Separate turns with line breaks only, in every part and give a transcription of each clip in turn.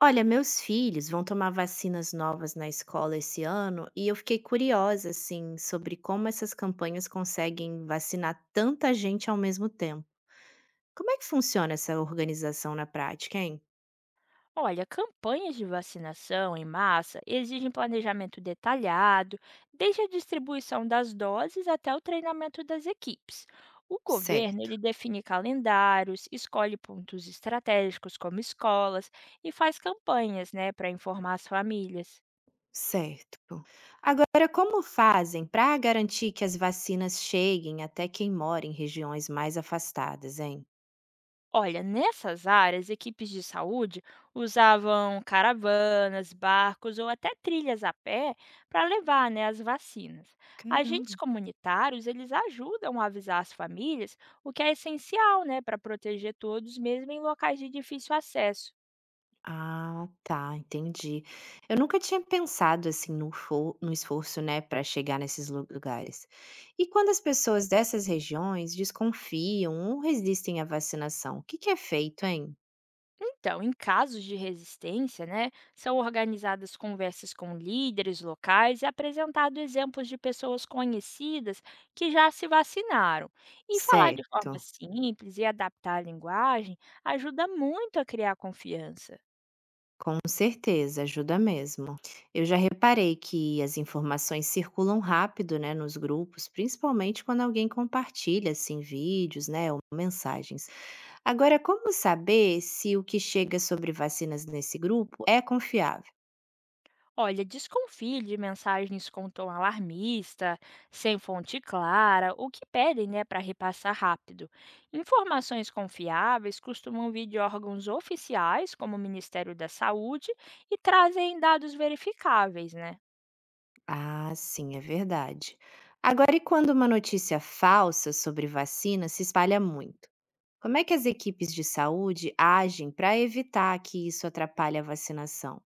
Olha, meus filhos vão tomar vacinas novas na escola esse ano e eu fiquei curiosa, assim, sobre como essas campanhas conseguem vacinar tanta gente ao mesmo tempo. Como é que funciona essa organização na prática, hein?
Olha, campanhas de vacinação em massa exigem planejamento detalhado, desde a distribuição das doses até o treinamento das equipes. O governo
Certo,
ele define calendários, escolhe pontos estratégicos como escolas e faz campanhas, né, para informar as famílias.
certo. Agora, como fazem para garantir que as vacinas cheguem até quem mora em regiões mais afastadas, hein?
Olha, nessas áreas, equipes de saúde usavam caravanas, barcos ou até trilhas a pé para levar, né, as vacinas. Agentes
Caramba.
comunitários eles ajudam a avisar as famílias, o que é essencial, né, para proteger todos, mesmo em locais de difícil acesso.
Ah, tá, entendi. Eu nunca tinha pensado assim no, no esforço, né, para chegar nesses lugares. E quando as pessoas dessas regiões desconfiam ou resistem à vacinação, o que que é feito, hein?
Então, em casos de resistência, né, são organizadas conversas com líderes locais e apresentado exemplos de pessoas conhecidas que já se vacinaram. E falar de
Certo,
forma simples e adaptar a linguagem ajuda muito a criar confiança.
com certeza, ajuda mesmo. Eu já reparei que as informações circulam rápido, né, nos grupos, principalmente quando alguém compartilha assim vídeos, né, ou mensagens. Agora, como saber se o que chega sobre vacinas nesse grupo é confiável?
Olha, desconfie de mensagens com tom alarmista, sem fonte clara, o que pedem, né, para repassar rápido. Informações confiáveis costumam vir de órgãos oficiais, como o Ministério da Saúde, e trazem dados verificáveis, né?
Ah, sim, é verdade. Agora, e quando uma notícia falsa sobre vacina se espalha muito? Como é que as equipes de saúde agem para evitar que isso atrapalhe a vacinação?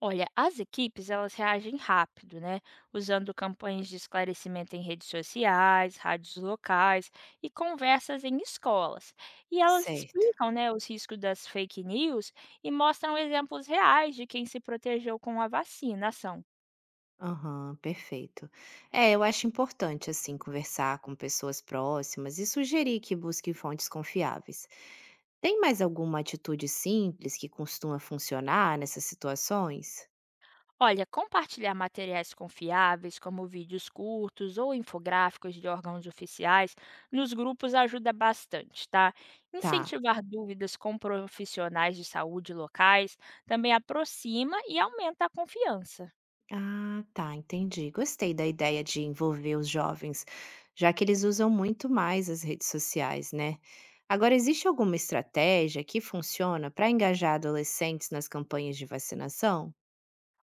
Olha, as equipes elas reagem rápido, né? Usando campanhas de esclarecimento em redes sociais, rádios locais e conversas em escolas. E elas
Certo.
explicam, né, os riscos das fake news e mostram exemplos reais de quem se protegeu com a vacinação.
Aham, perfeito. É, eu acho importante, assim, conversar com pessoas próximas e sugerir que busquem fontes confiáveis. Tem mais alguma atitude simples que costuma funcionar nessas situações?
Olha, compartilhar materiais confiáveis, como vídeos curtos ou infográficos de órgãos oficiais, nos grupos ajuda bastante, tá?
Tá.
Incentivar dúvidas com profissionais de saúde locais também aproxima e aumenta a confiança.
Ah, tá, entendi. Gostei da ideia de envolver os jovens, já que eles usam muito mais as redes sociais, né? Agora, existe alguma estratégia que funciona para engajar adolescentes nas campanhas de vacinação?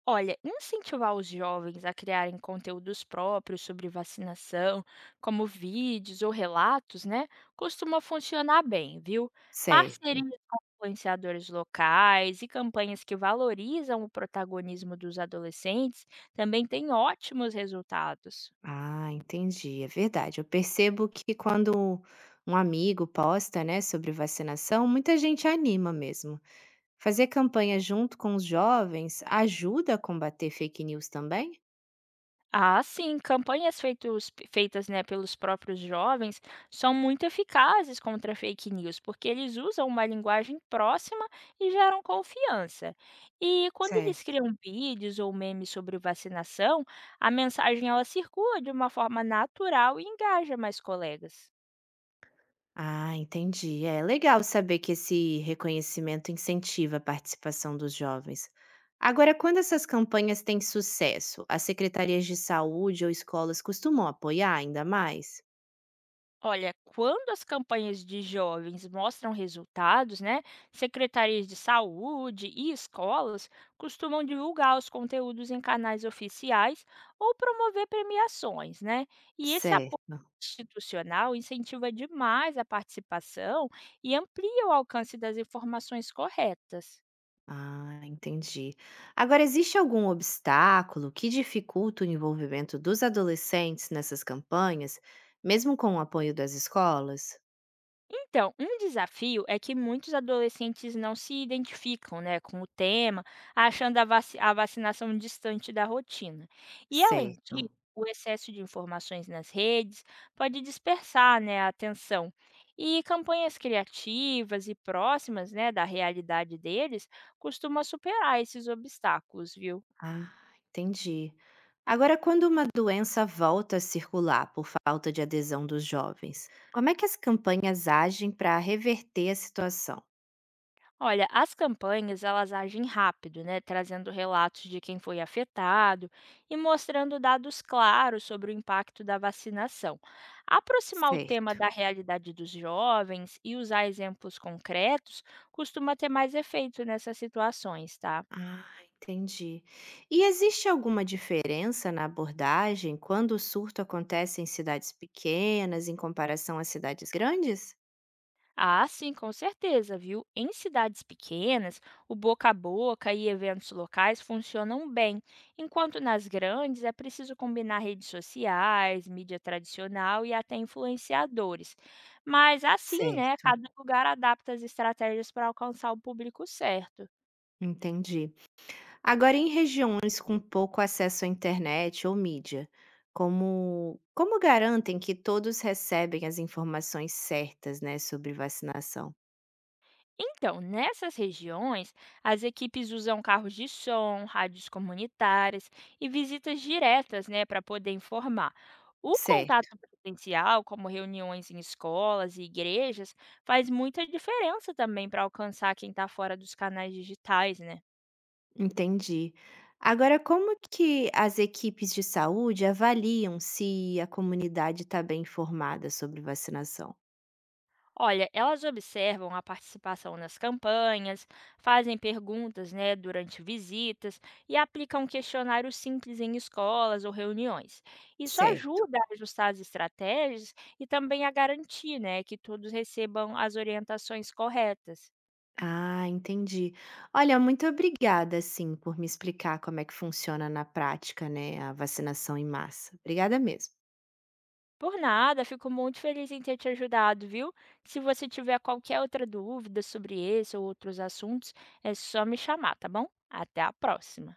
Olha, incentivar os jovens a criarem conteúdos próprios sobre vacinação, como vídeos ou relatos, né, costuma funcionar bem, viu?
Certo.
Parcerias com influenciadores locais e campanhas que valorizam o protagonismo dos adolescentes também têm ótimos resultados.
Ah, entendi. É verdade. Eu percebo que quando um amigo posta, né, sobre vacinação, muita gente anima mesmo. Fazer campanha junto com os jovens ajuda a combater fake news também?
Ah, sim, campanhas feitas, né, pelos próprios jovens são muito eficazes contra fake news, porque eles usam uma linguagem próxima e geram confiança. E quando eles
Certo.
criam vídeos ou memes sobre vacinação, a mensagem ela circula de uma forma natural e engaja mais colegas.
Ah, entendi. É legal saber que esse reconhecimento incentiva a participação dos jovens. Agora, quando essas campanhas têm sucesso, as secretarias de saúde ou escolas costumam apoiar ainda mais?
Olha, quando as campanhas de jovens mostram resultados, né, secretarias de saúde e escolas costumam divulgar os conteúdos em canais oficiais ou promover premiações, né? E esse apoio
Certo.
institucional incentiva demais a participação e amplia o alcance das informações corretas.
Ah, entendi. Agora, existe algum obstáculo que dificulta o envolvimento dos adolescentes nessas campanhas, mesmo com o apoio das escolas?
Então, um desafio é que muitos adolescentes não se identificam, né, com o tema, achando a vacinação distante da rotina. E, além disso,
Certo.
o excesso de informações nas redes pode dispersar, né, a atenção. E campanhas criativas e próximas, né, da realidade deles costumam superar esses obstáculos, viu?
Ah, entendi. Agora, quando uma doença volta a circular por falta de adesão dos jovens, como é que as campanhas agem para reverter a situação?
Olha, as campanhas elas agem rápido, né, trazendo relatos de quem foi afetado e mostrando dados claros sobre o impacto da vacinação. Aproximar o tema da
Certo.
realidade dos jovens e usar exemplos concretos costuma ter mais efeito nessas situações, tá?
Ah, entendi. E existe alguma diferença na abordagem quando o surto acontece em cidades pequenas em comparação às cidades grandes?
Ah, sim, com certeza, viu? Em cidades pequenas, o boca a boca e eventos locais funcionam bem, enquanto nas grandes é preciso combinar redes sociais, mídia tradicional e até influenciadores. Mas assim, né,
Certo.
cada lugar adapta as estratégias para alcançar o público certo.
Entendi. Agora, em regiões com pouco acesso à internet ou mídia, como garantem que todos recebem as informações certas, né, sobre vacinação?
Então, nessas regiões, as equipes usam carros de som, rádios comunitárias e visitas diretas, né, para poder informar. O
Certo,
contato presencial, como reuniões em escolas e igrejas, faz muita diferença também para alcançar quem está fora dos canais digitais, né?
entendi. Agora, como que as equipes de saúde avaliam se a comunidade está bem informada sobre vacinação?
Olha, elas observam a participação nas campanhas, fazem perguntas, né, durante visitas e aplicam questionários simples em escolas ou reuniões. Isso
Certo.
ajuda a ajustar as estratégias e também a garantir, né, que todos recebam as orientações corretas.
Ah, entendi. Olha, muito obrigada, sim, por me explicar como é que funciona na prática, né, a vacinação em massa. Obrigada mesmo.
Por nada, fico muito feliz em ter te ajudado, viu? Se você tiver qualquer outra dúvida sobre esse ou outros assuntos, é só me chamar, tá bom? Até a próxima!